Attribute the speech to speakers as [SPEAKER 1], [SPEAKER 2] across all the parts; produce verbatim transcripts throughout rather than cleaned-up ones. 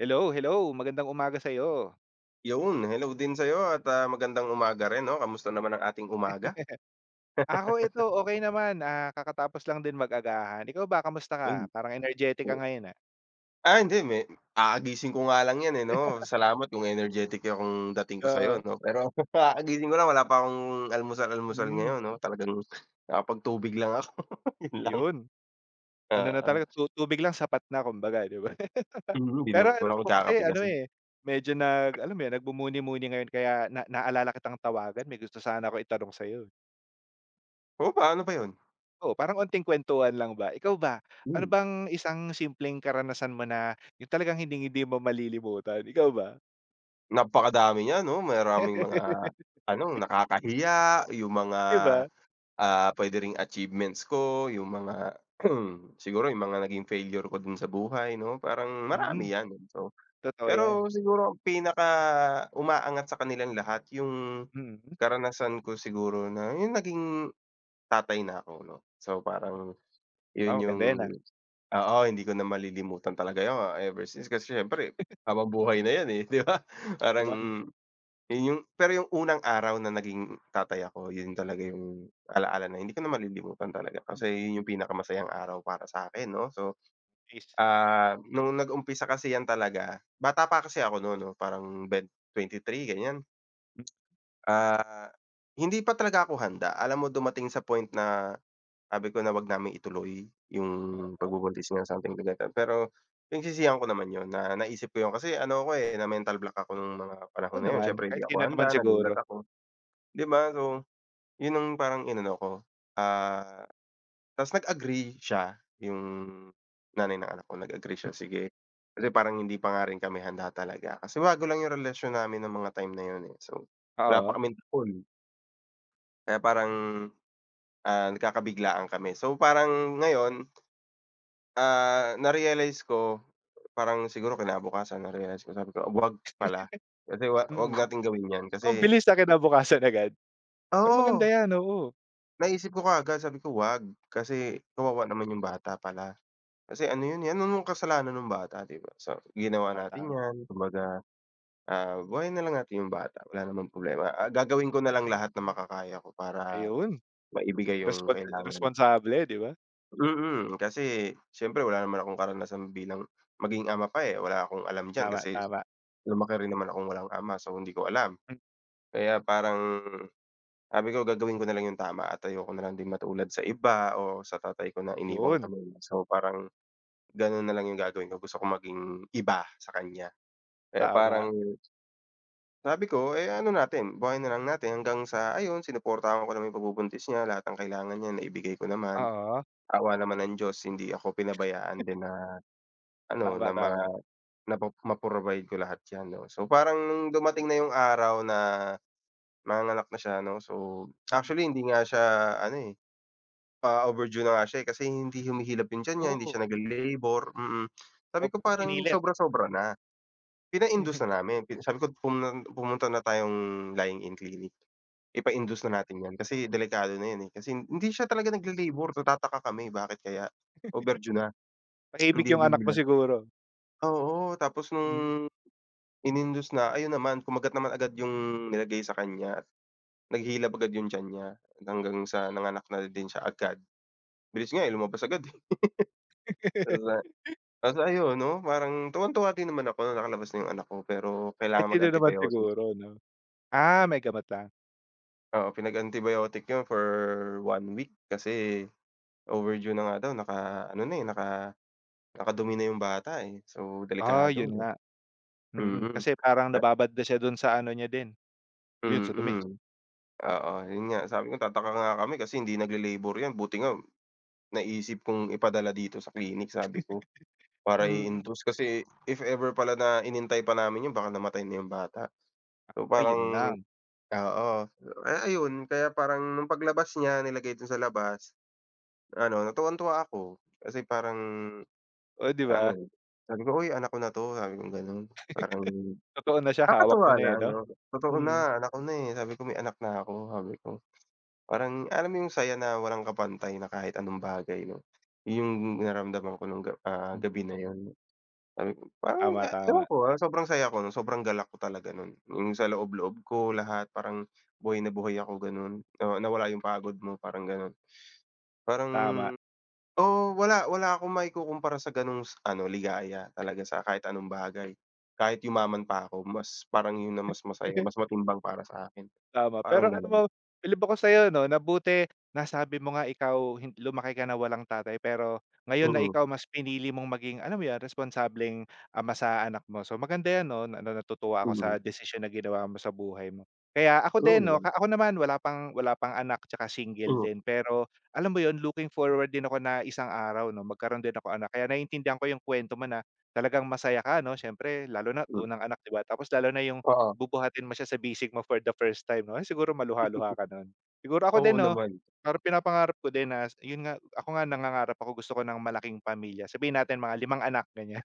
[SPEAKER 1] Hello, hello. Magandang umaga sa iyo.
[SPEAKER 2] Yun, hello din sa'yo at, ah, magandang umaga rin 'no, kamusta naman ang ating umaga?
[SPEAKER 1] Ako ito, okay naman, ah, kakatapos lang din mag-agahan. Ikaw ba, kamusta ka?
[SPEAKER 2] Uy,
[SPEAKER 1] Parang energetic ka
[SPEAKER 2] o
[SPEAKER 1] ngayon, ah.
[SPEAKER 2] ah, hindi me kakagising ko nga lang 'yan, eh, 'no. Salamat kung energetic akong dating ko
[SPEAKER 1] Oo,
[SPEAKER 2] sa'yo 'no, pero kakagising ko lang wala pa akong almusal-almusal
[SPEAKER 1] hmm,
[SPEAKER 2] ngayon 'no, talagang nakapagtubig lang ako, yun lang.
[SPEAKER 1] yun. Ano na
[SPEAKER 2] Oo,
[SPEAKER 1] talaga, tu tubig lang sapat na kumbaga, 'di ba?
[SPEAKER 2] mm, 'di
[SPEAKER 1] Pero
[SPEAKER 2] naman ako
[SPEAKER 1] ako kasi
[SPEAKER 2] nagkakape
[SPEAKER 1] ano,
[SPEAKER 2] kasi.
[SPEAKER 1] eh, medyo nag alam mo yun, nagbumuni muni ngayon kaya na naalala kitang tawagan, may gusto sana ako itanong sa'yo, eh.
[SPEAKER 2] Oo, paano pa yun?
[SPEAKER 1] Oo, parang onting kwentuhan lang ba. Ikaw ba, ano
[SPEAKER 2] Hmm,
[SPEAKER 1] bang isang simpleng karanasan mo na yung talagang hindi hindi mo malilimutan? Ikaw ba?
[SPEAKER 2] napakadami niya 'no, maraming mga ano, nakakahiya, yung mga
[SPEAKER 1] 'Di ba?
[SPEAKER 2] Ah, puwede ring achievements ko, yung mga siguro yung mga naging failure ko din sa buhay 'no, parang marami
[SPEAKER 1] Mm,
[SPEAKER 2] 'yan. Eh. So,
[SPEAKER 1] totoo yan.
[SPEAKER 2] pero siguro ang pinaka-umaangat sa kanilang lahat yung
[SPEAKER 1] Mm.
[SPEAKER 2] karanasan ko siguro na yung naging tatay na ako 'no. So,
[SPEAKER 1] Hmm.
[SPEAKER 2] parang yun
[SPEAKER 1] Ah,
[SPEAKER 2] yung
[SPEAKER 1] maganda yan, ah.
[SPEAKER 2] oo, hindi ko na malilimutan talaga yun ever since kasi siyempre habang buhay na yan, eh, 'di ba?
[SPEAKER 1] Oo
[SPEAKER 2] Parang
[SPEAKER 1] naman.
[SPEAKER 2] yun yung pero yung unang araw na naging tatay ako yun talaga yung ala-ala na hindi ko na malilimutan talaga
[SPEAKER 1] Hmm,
[SPEAKER 2] kasi yun yung pinakamasayang araw para sa'kin 'no. So,
[SPEAKER 1] nice.
[SPEAKER 2] ah, nung nag-umpisa kasi yan talaga bata pa kasi ako nun 'no parang ben twenty three ganyan.
[SPEAKER 1] Hmm,
[SPEAKER 2] Ah, Hindi pa talaga ako handa alam mo dumating sa point na sabi ko na wag naming ituloy yung
[SPEAKER 1] oo.
[SPEAKER 2] pagbubuntis niya something to that pero pinagsisihan ko naman yun na naisip ko yun kasi ano ako, eh, na mental block ako nung mga
[SPEAKER 1] Oo
[SPEAKER 2] panahon na yun
[SPEAKER 1] naman,
[SPEAKER 2] siyempre hindi
[SPEAKER 1] kahit
[SPEAKER 2] ako
[SPEAKER 1] sino naman
[SPEAKER 2] handa,
[SPEAKER 1] siguro.
[SPEAKER 2] nagulat ako. 'Di ba? So, 'yun ang parang inano ko, ah, ta's nag-agree siya, yung nanay ng anak ko nag-agree
[SPEAKER 1] Hmm,
[SPEAKER 2] siya, sige. Kasi parang hindi pa nga rin kami handa talaga, kasi bago lang yung relasyon namin ng mga time na 'yun, eh. So, wala pa
[SPEAKER 1] oo.
[SPEAKER 2] kaming taon, kaya parang, ah, nagkakabiglaan kami. So, parang ngayon, ah, na-realize ko, parang siguro kinabukasan na-realize ko, sabi ko, "Huwag pala, kasi wa huwag
[SPEAKER 1] Mm.
[SPEAKER 2] nating gawin 'yan."
[SPEAKER 1] Oh, Ang
[SPEAKER 2] Kasi
[SPEAKER 1] bilis, ah, kinabukasan agad. Pero maganda
[SPEAKER 2] oo,
[SPEAKER 1] yan, oo.
[SPEAKER 2] Naisip ko kaagad sabi ko, "Wag." Kasi kawawa naman yung bata pala. Kasi ano yun, eh, ano namang kasalanan nung bata, 'di ba? So, ginawa
[SPEAKER 1] Tama,
[SPEAKER 2] natin
[SPEAKER 1] tama.
[SPEAKER 2] 'yan kumbaga, ah, buhayin na lang natin yung bata, wala namang problema. Ah, gagawin ko na lang lahat na makakaya ko para
[SPEAKER 1] Ayun,
[SPEAKER 2] maibigay yung
[SPEAKER 1] responsi
[SPEAKER 2] kailangan.
[SPEAKER 1] responsable, 'di ba?
[SPEAKER 2] Mm, kasi siyempre wala naman akong karanasan bilang maging ama pa, eh, wala akong alam diyan
[SPEAKER 1] Tama,
[SPEAKER 2] kasi
[SPEAKER 1] tama.
[SPEAKER 2] lumaki rin naman akong walang ama, so hindi ko alam.
[SPEAKER 1] Hmm,
[SPEAKER 2] Kaya parang Sabi ko gagawin ko na lang yung tama at ayoko na lang din matulad sa iba o sa tatay ko na iniwan
[SPEAKER 1] yun,
[SPEAKER 2] kami. So, parang gano'n na lang yung gagawin ko, gusto ko maging iba sa kanya. Kaya
[SPEAKER 1] tama.
[SPEAKER 2] parang sabi ko, eh, ano natin, buhayin na lang natin hanggang sa ayun sinuportahan ko naman yung pagbubuntis niya, lahat ng kailangan niya naibigay ko naman.
[SPEAKER 1] Oo,
[SPEAKER 2] Awa naman ng Diyos hindi ako pinabayaan din na ano,
[SPEAKER 1] tama,
[SPEAKER 2] na ma
[SPEAKER 1] tama.
[SPEAKER 2] napo ma-provide ko lahat 'yan 'no. So, parang nung dumating na yung araw na manganganak na siya 'no, so actually
[SPEAKER 1] Mm,
[SPEAKER 2] hindi nga siya ano, eh, Ah, overdue na nga siya, eh, kasi hindi humihilab yung tiyan niya, hindi siya
[SPEAKER 1] oo.
[SPEAKER 2] nagle-labor, mm. Sabi
[SPEAKER 1] Huwag
[SPEAKER 2] ko
[SPEAKER 1] mong
[SPEAKER 2] parang
[SPEAKER 1] pinilit, ganun.
[SPEAKER 2] sobra-sobra na, pina-induce na namin, pi sabi ko pumu pumunta na tayong lying-in clinic,
[SPEAKER 1] Oo,
[SPEAKER 2] ipa-induce na natin 'yan kasi delikado na 'yan, eh, kasi hindi siya talaga nagle-labor, nagtataka kami bakit kaya, overdue na,
[SPEAKER 1] tahimik
[SPEAKER 2] hindi
[SPEAKER 1] yung anak mo
[SPEAKER 2] humihilab.
[SPEAKER 1] siguro.
[SPEAKER 2] Oo, tapos
[SPEAKER 1] Hmm.
[SPEAKER 2] nung in-induce na ayun naman kumagat naman agad yung nilagay sa kanya at naghilab agad yung tiyan niya, hanggang sa nanganak na din siya agad. Bilis nga, eh, lumabas agad, eh. Tas, ah Tapos ayun 'no, parang tuwang-tuwa din naman ako na nakalabas na yung anak ko, pero
[SPEAKER 1] Kahit
[SPEAKER 2] kailangan
[SPEAKER 1] sino naman
[SPEAKER 2] mag-antibiotic.
[SPEAKER 1] siguro, 'no? Ah, may gamot lang.
[SPEAKER 2] Oo, pinag-antibiotic yun for one week kasi overdue na nga daw, naka-ano na, eh, naka nakadumi na yung bata, eh. So,
[SPEAKER 1] Ah,
[SPEAKER 2] delikado
[SPEAKER 1] yun
[SPEAKER 2] 'no.
[SPEAKER 1] nga. Mm,
[SPEAKER 2] Mm,
[SPEAKER 1] kasi parang
[SPEAKER 2] ta
[SPEAKER 1] nababad na siya dun sa ano niya din, yun sa dumi.
[SPEAKER 2] mm. Oo, yun nga sabi ko tataka nga kami kasi hindi nagle-labor yan, buti nga naisip kong ipadala dito sa clinic sabi ko, para
[SPEAKER 1] Mm,
[SPEAKER 2] i-induce kasi if ever pala na inintay pa namin yun baka namatay na yung bata. So,
[SPEAKER 1] ayun
[SPEAKER 2] parang
[SPEAKER 1] lang,
[SPEAKER 2] Oo, ay ayun kaya parang nung paglabas niya nilagay dun sa labas, ano natuwang-tuwa ako kasi parang
[SPEAKER 1] oh, 'di
[SPEAKER 2] ano,
[SPEAKER 1] ba?
[SPEAKER 2] sabi ko, "Uy anak ko na 'to," sabi kong gano'n. Parang
[SPEAKER 1] Totoo na siya hawak mo
[SPEAKER 2] nakakatuwa
[SPEAKER 1] na, eh,
[SPEAKER 2] lang
[SPEAKER 1] 'no?
[SPEAKER 2] 'no, "Totoo
[SPEAKER 1] Mm,
[SPEAKER 2] na anak ko na, eh," sabi ko, "May anak na ako," sabi ko. Parang alam mo yung saya na walang kapantay na kahit anong bagay 'no, yun yung naramdaman ko nung ga ah,
[SPEAKER 1] mm,
[SPEAKER 2] gabi na yun. Sabi ko parang
[SPEAKER 1] tama,
[SPEAKER 2] nga ewan
[SPEAKER 1] tama,
[SPEAKER 2] ko, ah, sobrang saya ko nun, sobrang galak ko talaga nun. Yung sa loob-loob ko lahat parang buhay na buhay ako ganun, na nawala yung pagod mo parang ganun. Parang
[SPEAKER 1] tama.
[SPEAKER 2] oo, wala wala akong maikukumpara sa ganung s ano ligaya talaga sa kahit anong bagay. Kahit yumaman pa ako mas parang yun ang mas masaya, mas matimbang para sa akin,
[SPEAKER 1] Tama,
[SPEAKER 2] parang
[SPEAKER 1] pero alam mo,
[SPEAKER 2] ganun.
[SPEAKER 1] bilib ako sa'yo 'no, na buti nasabi mo nga ikaw hin lumaki ka na walang tatay, pero ngayon na
[SPEAKER 2] Mm,
[SPEAKER 1] ikaw mas pinili mong maging, alam mo 'yun, responsableng ama sa anak mo. So maganda 'yan 'no, na na- natutuwa ako
[SPEAKER 2] mm.
[SPEAKER 1] sa desisyon na ginawa mo sa buhay mo. Kaya ako
[SPEAKER 2] Oo
[SPEAKER 1] din 'no,
[SPEAKER 2] naman,
[SPEAKER 1] ka ako naman wala pang wala pang anak tsaka single
[SPEAKER 2] mm,
[SPEAKER 1] din, pero alam mo yon looking forward din ako na isang araw 'no, magkaroon din ako anak. Kaya naiintindihan ko yung kwento mo na talagang masaya ka 'no, siyempre lalo na
[SPEAKER 2] hmm,
[SPEAKER 1] unang anak 'di ba, tapos lalo na yung
[SPEAKER 2] oo.
[SPEAKER 1] bubuhatin mo siya sa bisig mo for the first time 'no, ay siguro maluha-luha ka nun. Siguro ako
[SPEAKER 2] Oo
[SPEAKER 1] din 'no,
[SPEAKER 2] naman.
[SPEAKER 1] parang pinapangarap ko din na yun nga, ako nga nangangarap ako gusto ko ng malaking pamilya, sabihin natin mga limang anak, ganyan.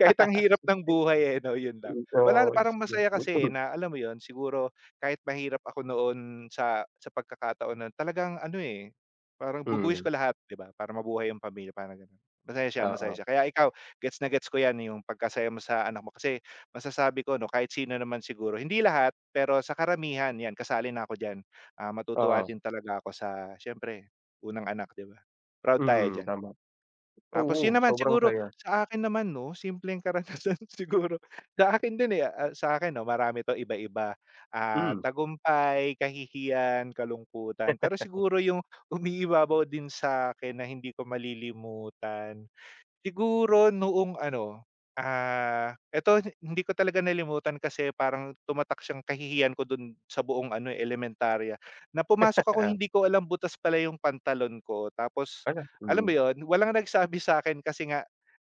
[SPEAKER 1] Kahit ang hirap ng buhay eh, 'no, yun lang. Wala
[SPEAKER 2] Oo.
[SPEAKER 1] parang masaya kasi, eh, na alam mo yun, siguro kahit mahirap ako noon sa sa pagkakataon na talagang ano, eh, parang bubuhis ko
[SPEAKER 2] Mm,
[SPEAKER 1] lahat, 'di ba, para mabuhay yung pamilya, parang gano'n. Masaya siya, masaya
[SPEAKER 2] oo.
[SPEAKER 1] siya. Kaya ikaw, gets na gets ko 'yan, yung pagkasaya mo sa anak mo kasi masasabi ko 'no, kahit sino naman siguro, hindi lahat, pero sa karamihan 'yan, kasali na ako diyan. Ah, matutuwa
[SPEAKER 2] Oo.
[SPEAKER 1] din talaga ako sa siyempre unang anak, 'di ba? Proud tayo
[SPEAKER 2] Mm,
[SPEAKER 1] diyan.
[SPEAKER 2] tama.
[SPEAKER 1] Tapos yun
[SPEAKER 2] Oo,
[SPEAKER 1] naman
[SPEAKER 2] sobrang
[SPEAKER 1] siguro
[SPEAKER 2] saya.
[SPEAKER 1] sa akin naman 'no, simpleng karanasan siguro sa akin din, eh, ah, sa akin 'no marami 'to iba-iba, ah,
[SPEAKER 2] Hmm,
[SPEAKER 1] tagumpay, kahihiyan, kalungkutan. Pero siguro yung umiibabaw din sa akin na hindi ko malilimutan. Siguro noong ano, ah, eto hindi ko talaga nalimutan kasi parang tumatak siyang kahihiyan ko dun sa buong ano, eh, elementarya, na pumasok ako
[SPEAKER 2] kaya
[SPEAKER 1] hindi ko alam butas pala yung pantalon ko tapos
[SPEAKER 2] pala,
[SPEAKER 1] alam mo
[SPEAKER 2] mm,
[SPEAKER 1] yon, walang nagsabi sa akin kasi nga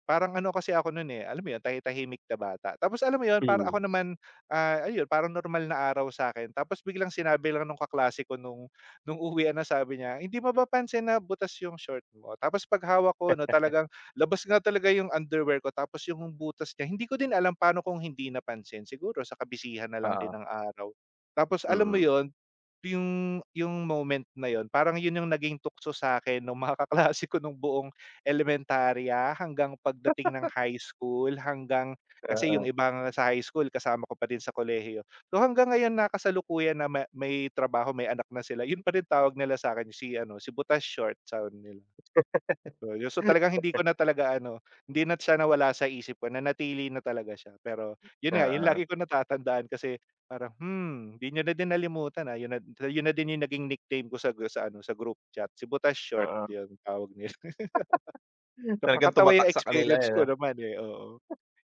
[SPEAKER 1] Parang ano kasi ako nun, eh, alam mo yun tahi-tahimik na bata. Tapos alam mo yun para
[SPEAKER 2] mm,
[SPEAKER 1] ako naman, ah, ayun parang normal na araw sa akin Tapos biglang sinabi lang nung kaklase ko nung nung uwi na sabi niya, "Hindi mo ba pansin na butas yung short mo?" Tapos pag ko 'no talagang labas nga talaga yung underwear ko tapos yung butas niya hindi ko din alam paano kung hindi napansin. Siguro sa kabisihan na lang din
[SPEAKER 2] oo,
[SPEAKER 1] ng araw. Tapos alam mo
[SPEAKER 2] mm,
[SPEAKER 1] yun, yung yung moment na yon parang yun yung naging tukso sa akin nung mga kaklase ko nung buong elementarya hanggang pagdating ng high school, hanggang kasi yung
[SPEAKER 2] oo,
[SPEAKER 1] iba nga sa high school kasama ko pa din sa kolehiyo. So hanggang ngayon na kasalukuyan na ma may trabaho, may anak na sila, yun pa rin tawag nila sa sa'kin si ano, si butas short sound nila. So yun, so talagang hindi ko na talaga ano, hindi na siya nawala sa isip ko, nanatili na talaga siya. Pero yun nga, yung
[SPEAKER 2] oo,
[SPEAKER 1] lagi ko natatandaan kasi parang, "Hmm, di niyo na din nalimutan, ah." Yun na yun na din yung naging nickname ko sa sa ano, sa group chat, si butas short,
[SPEAKER 2] oo.
[SPEAKER 1] yun tawag nila.
[SPEAKER 2] Talagang
[SPEAKER 1] Nakakatawa
[SPEAKER 2] tumatak
[SPEAKER 1] yung
[SPEAKER 2] sa kanila,
[SPEAKER 1] experience
[SPEAKER 2] eh,
[SPEAKER 1] ko
[SPEAKER 2] 'no?
[SPEAKER 1] naman, eh, oo,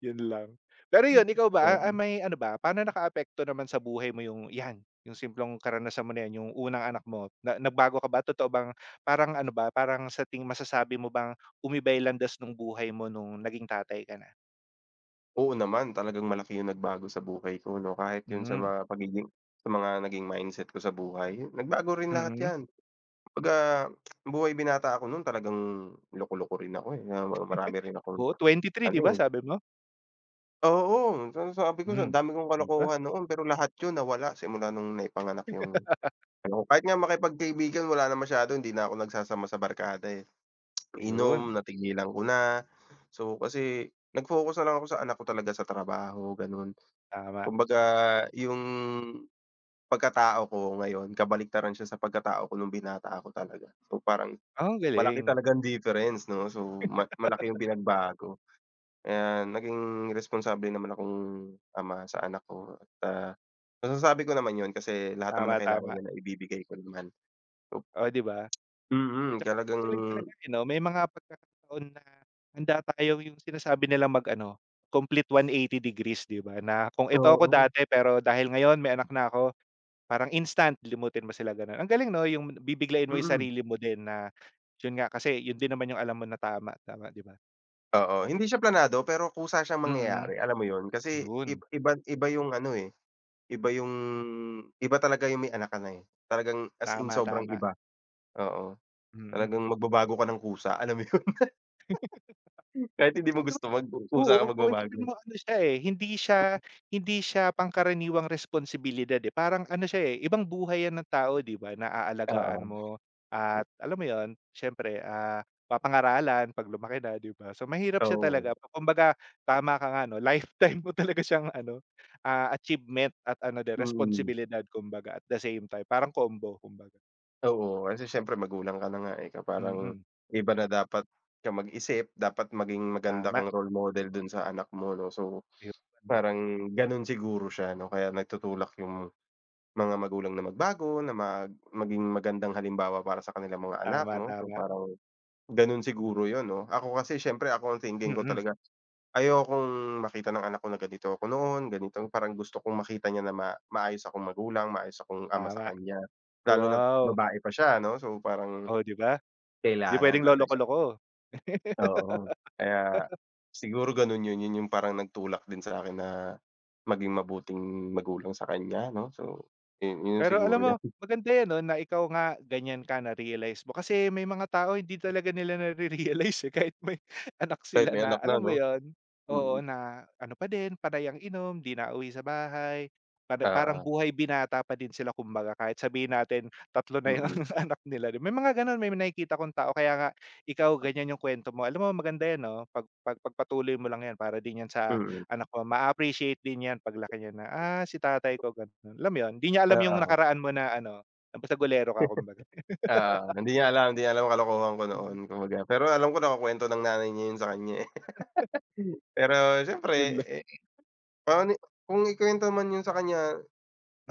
[SPEAKER 1] yun lang. Pero yun, ikaw ba, ah, ah,
[SPEAKER 2] Mm.
[SPEAKER 1] may ano ba, paano nakaapekto naman sa buhay mo yung 'yan, yung simpleng karanasan mo na 'yan, yung unang anak mo? Na nagbago ka ba? Totoo bang parang ano ba, parang sa tingin masasabi mo bang umiba'y landas nung buhay mo nung naging tatay ka na?
[SPEAKER 2] Oo naman, talagang malaki yung nagbago sa buhay ko 'no, kahit yun sa
[SPEAKER 1] Hmm,
[SPEAKER 2] mga pagiging sa mga naging mindset ko sa buhay, nagbago rin lahat
[SPEAKER 1] mm.
[SPEAKER 2] 'yan. Kumbaga, buhay binata ako nun talagang loko-loko rin ako, eh, na marami rin akong
[SPEAKER 1] Oo, twenty three 'di
[SPEAKER 2] ano,
[SPEAKER 1] ba
[SPEAKER 2] eh
[SPEAKER 1] sabi mo?
[SPEAKER 2] Oo, sa sabi ko
[SPEAKER 1] Hmm,
[SPEAKER 2] ang dami kong
[SPEAKER 1] 'di ba?
[SPEAKER 2] kalokohan noon pero lahat yun nawala simula nung naipanganak yung ano ko. Kahit nga makipagkaibigan wala na masyado hindi na ako nagsasama sa barkada, eh. Inom
[SPEAKER 1] Ayun,
[SPEAKER 2] napigilan ko na. So, kasi nag-focus na lang ako sa anak ko talaga sa trabaho ganon,
[SPEAKER 1] tama.
[SPEAKER 2] Kumbaga yung pagkatao ko ngayon kabaliktaran siya sa pagkatao ko nung binata ako talaga. So, parang
[SPEAKER 1] Oh, ang
[SPEAKER 2] malaki
[SPEAKER 1] galing.
[SPEAKER 2] talagang difference 'no, so ma malaki yung pinagbago. Kaya naging responsable naman akong ama sa anak ko at, ah, masasabi ko naman 'yun kasi lahat naman ng
[SPEAKER 1] Tama,
[SPEAKER 2] kailangan
[SPEAKER 1] tama.
[SPEAKER 2] niya naibibigay ko naman. Op
[SPEAKER 1] Oh, 'di ba?
[SPEAKER 2] mm,
[SPEAKER 1] Tsaka ang
[SPEAKER 2] talagang
[SPEAKER 1] galing talaga, eh, 'no? May mga pagkakataon na handa tayo yung sinasabi nilang mag-ano, complete one eighty degrees, 'di ba? Na kung ito ako
[SPEAKER 2] oo,
[SPEAKER 1] dati, pero dahil ngayon may anak na ako, parang instant limutin mo sila, gano'n. Ang galing 'no, yung bibiglain mo yung
[SPEAKER 2] mm.
[SPEAKER 1] sarili mo din na yun nga, kasi yun din naman yung alam mo na tama, tama, 'di ba?
[SPEAKER 2] Oo, hindi siya planado pero kusa siyang
[SPEAKER 1] Mm,
[SPEAKER 2] mangyayari, alam mo 'yun? Kasi ib
[SPEAKER 1] ayun.
[SPEAKER 2] iba iba yung ano, eh, iba yung iba talaga yung may anak ka na, eh. Talagang as in
[SPEAKER 1] Tama,
[SPEAKER 2] sobrang
[SPEAKER 1] tama,
[SPEAKER 2] iba, oo.
[SPEAKER 1] mm.
[SPEAKER 2] Talagang magbabago ka ng kusa, alam mo 'yun? Kahit
[SPEAKER 1] Kasi
[SPEAKER 2] hindi mo
[SPEAKER 1] alam mo
[SPEAKER 2] gusto mag kusa ka
[SPEAKER 1] Oo, kung
[SPEAKER 2] magbabago.
[SPEAKER 1] isipin mo ano siya, eh, hindi siya hindi siya pangkaraniwang responsibilidad, eh, parang ano siya, eh, ibang buhay 'yan ng tao 'di ba, na aalagaan
[SPEAKER 2] Oo,
[SPEAKER 1] mo at alam mo yon. siyempre, ah, papangaralan 'pag lumaki na 'di ba. So, mahirap siya
[SPEAKER 2] oo,
[SPEAKER 1] talaga kumbaga tama ka nga 'no, lifetime mo talaga siyang ano, ah, achievement at ano de
[SPEAKER 2] mm.
[SPEAKER 1] responsibilidad kumbaga at the same time, parang combo kumbaga.
[SPEAKER 2] Oo, kasi siyempre magulang ka na nga, eh, ka parang
[SPEAKER 1] Mm,
[SPEAKER 2] iba na dapat ka mag-isip, dapat maging maganda
[SPEAKER 1] tama,
[SPEAKER 2] kang role model dun sa anak mo 'no. So,
[SPEAKER 1] ayun.
[SPEAKER 2] parang ganun siguro siya 'no, kaya nagtutulak yung mga magulang na magbago, na mag maging magandang halimbawa para sa kanilang mga anak
[SPEAKER 1] Tama,
[SPEAKER 2] 'no. So,
[SPEAKER 1] tama.
[SPEAKER 2] parang ganun siguro yun 'no. Ako kasi siyempre ako ang thinking ko
[SPEAKER 1] Mm,
[SPEAKER 2] talaga, ayokong makita ng anak ko na ganito ako noon, ganito parang gusto kong makita niya na ma maayos akong magulang, maayos akong ama sa
[SPEAKER 1] tama.
[SPEAKER 2] kanya, lalo na't
[SPEAKER 1] Wow,
[SPEAKER 2] babae pa siya 'no. So, parang
[SPEAKER 1] oh 'di ba? Di
[SPEAKER 2] kailangan
[SPEAKER 1] puwedeng
[SPEAKER 2] talaga.
[SPEAKER 1] loloko-loko.
[SPEAKER 2] Oo. Kaya siguro gano'n 'yun, 'yun yung parang nagtulak din sa'kin na maging mabuting magulang sa kanya 'no. So, yun yun
[SPEAKER 1] Pero alam
[SPEAKER 2] siguro
[SPEAKER 1] mo,
[SPEAKER 2] 'yan
[SPEAKER 1] maganda 'yan 'no, na ikaw nga ganyan ka na-realize mo. Kasi may mga tao hindi talaga nila na realize eh, kahit may anak
[SPEAKER 2] kahit
[SPEAKER 1] sila
[SPEAKER 2] may
[SPEAKER 1] na
[SPEAKER 2] anak na
[SPEAKER 1] alam mo
[SPEAKER 2] 'no.
[SPEAKER 1] yon Oo,
[SPEAKER 2] Mm,
[SPEAKER 1] na ano pa din, panay ang inom, 'di nauwi sa bahay, para parang
[SPEAKER 2] oo,
[SPEAKER 1] buhay binata pa din sila kumbaga kahit sabihin natin tatlo na 'yung
[SPEAKER 2] mm,
[SPEAKER 1] anak nila, may mga gano'n, may nakikita akong tao. Kaya nga ikaw ganyan 'yung kwento mo. Alam mo maganda 'yan 'no, pag pag pagpatuloy mo lang 'yan para din 'yan sa
[SPEAKER 2] mm,
[SPEAKER 1] Anak ko ma appreciate din 'yan paglaki niya na, "Ah, si tatay ko ganun." Alam mo 'yun, hindi niya alam yung
[SPEAKER 2] oo,
[SPEAKER 1] nakaraan mo na ano, na basta bolero ka kumbaga.
[SPEAKER 2] oo. Hindi niya alam, hindi niya alam ang kalokohan ko noon
[SPEAKER 1] Hmm,
[SPEAKER 2] kumbaga. Pero alam ko nakukuwento ng nanay niya 'yun sa kanya, eh. Pero
[SPEAKER 1] 'yun
[SPEAKER 2] siyempre,
[SPEAKER 1] lang.
[SPEAKER 2] eh, paano kung ikuwento man 'yun sa kanya,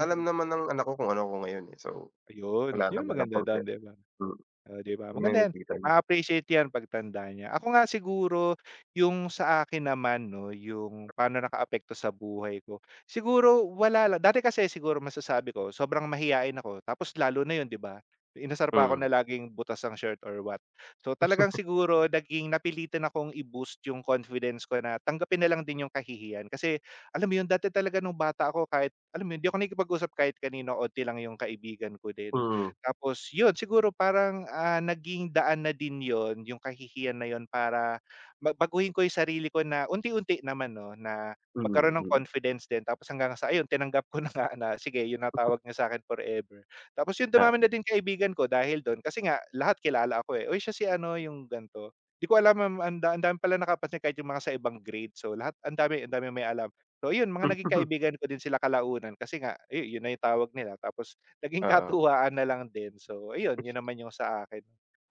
[SPEAKER 2] alam naman ng anak ko kung ano ako ngayon, eh. So,
[SPEAKER 1] ayun.
[SPEAKER 2] wala
[SPEAKER 1] 'Yun ang
[SPEAKER 2] naman ang
[SPEAKER 1] maganda do'n,
[SPEAKER 2] problema,
[SPEAKER 1] 'di ba?
[SPEAKER 2] mm,
[SPEAKER 1] Oh, 'di ba?
[SPEAKER 2] kung
[SPEAKER 1] Maganda 'yan,
[SPEAKER 2] niya.
[SPEAKER 1] ma-appreciate 'yan pagtanda niya. Ako nga siguro, yung sa akin naman 'no, yung paano nakaapekto sa buhay ko, siguro wala lang. Dati kasi siguro masasabi ko sobrang mahiyain ako tapos lalo na yun 'di ba? Inasar pa ako na
[SPEAKER 2] Mm,
[SPEAKER 1] laging butas ang shirt or what. So, talagang siguro naging napilitan akong i-boost yung confidence ko na tanggapin na lang din yung kahihiyan. Kasi alam mo yun, dati talaga nung bata ako kahit alam mo yun, 'di ako nakikipag-usap kahit kanino, onti lang yung kaibigan ko din.
[SPEAKER 2] mm.
[SPEAKER 1] Tapos yun siguro parang, ah, naging daan na din yon yung kahihiyan na yun para ba baguhin ko yung sarili ko na unti-unti naman 'no, na
[SPEAKER 2] Mm,
[SPEAKER 1] magkaroon ng
[SPEAKER 2] mm,
[SPEAKER 1] confidence din tapos hanggang sa ayun tinanggap ko na nga na sige yun ang tawag niya sa akin forever. Tapos yun
[SPEAKER 2] ah,
[SPEAKER 1] dumami na din kaibigan ko dahil dun kasi nga lahat kilala ako, eh, "Uy siya si ano yung gan'to." Di ko alam, um, ang da ang dami pala nakapansin kahit yung mga sa ibang grade. So lahat ang dami ang daming may alam. So yun mga naging kaibigan ko din sila kalaunan kasi nga, yu yun na yung tawag nila tapos Naging
[SPEAKER 2] oo,
[SPEAKER 1] katuwaan na lang din. So ayun, yun naman yung sa akin.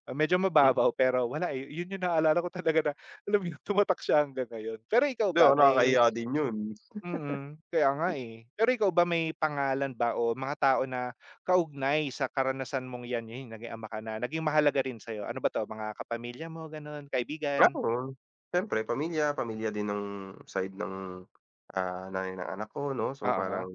[SPEAKER 1] Ah, medyo
[SPEAKER 2] hmm,
[SPEAKER 1] mababaw pero wala, eh, yun yung naalala ko talaga na alam mo yun, tumatak siya hanggang ngayon. Pero ikaw
[SPEAKER 2] 'di ba
[SPEAKER 1] ba may
[SPEAKER 2] nakakahiya din 'yun.
[SPEAKER 1] mm, kaya nga, eh. Pero ikaw ba may pangalan ba o mga tao na kaugnay sa karanasan mong 'yan, yun naging ama ka na, naging mahalaga rin sa'yo? Ano ba 'to, mga kapamilya mo gano'n, kaibigan?
[SPEAKER 2] Oo, siyempre pamilya, pamilya din ng side ng, ah, nanay ng anak ko 'no, so
[SPEAKER 1] Oo,
[SPEAKER 2] parang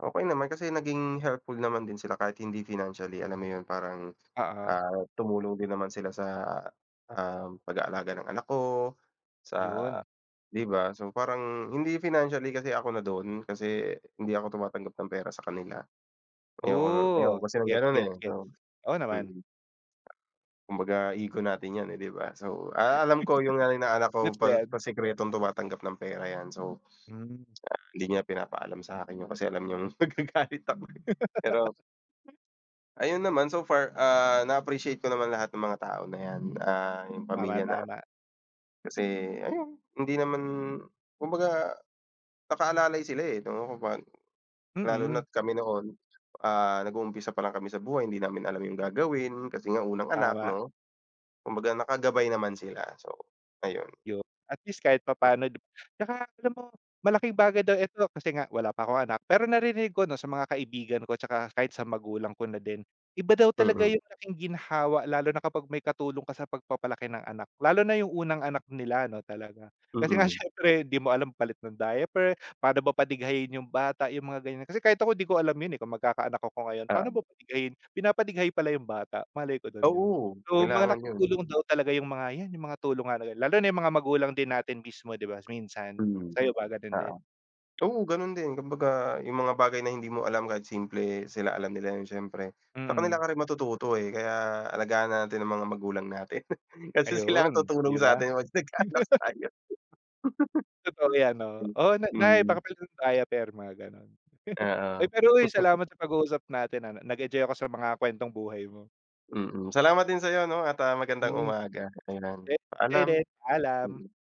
[SPEAKER 2] okey naman kasi naging helpful naman din sila kahit hindi financially, alam mo 'yun parang,
[SPEAKER 1] oo,
[SPEAKER 2] ah, tumulong din naman sila sa, um, pag-aalaga ng anak ko, sa
[SPEAKER 1] yun.
[SPEAKER 2] 'di ba? So parang hindi financially kasi ako na do'n, kasi hindi ako tumatanggap ng pera sa kanila, ayoko ayoko
[SPEAKER 1] Oh,
[SPEAKER 2] kasi ng
[SPEAKER 1] gets,
[SPEAKER 2] gano'n, eh,
[SPEAKER 1] gets,
[SPEAKER 2] so
[SPEAKER 1] gets. Oo naman.
[SPEAKER 2] mm. Kumbaga ego natin 'yan, eh, 'di ba? So, ah, alam ko yung nanay ng anak ko
[SPEAKER 1] Gets ko
[SPEAKER 2] pa
[SPEAKER 1] 'yan.
[SPEAKER 2] pasikretong tumatanggap ng pera 'yan. So,
[SPEAKER 1] Hmm.
[SPEAKER 2] hindi niya pinapaalam sa'kin 'yun kasi alam niyang magagalit ako, eh. Pero ayun naman, so far, ah, na-appreciate ko naman lahat ng mga tao na 'yan, ah, yung
[SPEAKER 1] Tama,
[SPEAKER 2] pamilya namin
[SPEAKER 1] tama.
[SPEAKER 2] kasi ayun, hindi naman kumbaga nakaalalay sila, eh, 'no, kapag lalo
[SPEAKER 1] Mm.
[SPEAKER 2] na't kami noon, ah, nag-uumpisa pa lang kami sa buhay, hindi namin alam yung gagawin kasi nga unang anak,
[SPEAKER 1] Tama,
[SPEAKER 2] 'no? Kumbaga nakagabay naman sila. So, ayun,
[SPEAKER 1] yun. At least kahit papaano 'di ba? Tsaka alam mo, malaking bagay daw ito kasi nga wala pa akong anak, pero naririnig ko 'no, sa mga kaibigan ko tsaka kahit sa magulang ko na din, iba daw talaga
[SPEAKER 2] mm.
[SPEAKER 1] yung laking ginhawa lalo na kapag may katulong ka sa pagpapalaki ng anak. Lalo na yung unang anak nila 'no, talaga. Kasi nga
[SPEAKER 2] Mm.
[SPEAKER 1] siyempre di mo alam palit ng diaper, paano ba padighayin yung bata, yung mga ganyan. Kasi kahit ako di ko alam yun, eh, kung magkakaanak ako ngayon, paano ba
[SPEAKER 2] Oo.
[SPEAKER 1] padighayin pinapadighay pala yung bata, malay ko dun 'di ba?
[SPEAKER 2] Oo,
[SPEAKER 1] So,
[SPEAKER 2] kailangan
[SPEAKER 1] malaking
[SPEAKER 2] 'yun.
[SPEAKER 1] tulong daw talaga yung mga 'yan, yung mga tulong nga na ganun, lalo na yung mga magulang din natin mismo 'di ba minsan, 'di ba?
[SPEAKER 2] Mm.
[SPEAKER 1] Sa'yo ba ganun
[SPEAKER 2] Oo.
[SPEAKER 1] din?
[SPEAKER 2] Oo, gano'n din kumbaga yung mga bagay na hindi mo alam kahit simple, sila alam nila 'yun siyempre. Sa kanila
[SPEAKER 1] Mm,
[SPEAKER 2] ka rin matututo, eh, kaya alagaan natin ang mga magulang natin. Kasi sila
[SPEAKER 1] ayun,
[SPEAKER 2] ang tutulong
[SPEAKER 1] 'di ba?
[SPEAKER 2] sa'tin once nagkaanak tayo.
[SPEAKER 1] Totoo 'yan, oo. "Oh, na Nay
[SPEAKER 2] Hmm.
[SPEAKER 1] pakipalit ng diaper," mga gano'n. Uy,
[SPEAKER 2] Oo,
[SPEAKER 1] pero uy, salamat sa pag-uusap natin, ah, nag-enjoy ako sa mga kuwentong buhay mo.
[SPEAKER 2] mm. mm. Salamat din sa'yo 'no at, ah, magandang
[SPEAKER 1] Hmm,
[SPEAKER 2] umaga, ayan.
[SPEAKER 1] same sa'yo
[SPEAKER 2] Paalam.
[SPEAKER 1] din, paalam.
[SPEAKER 2] Mm.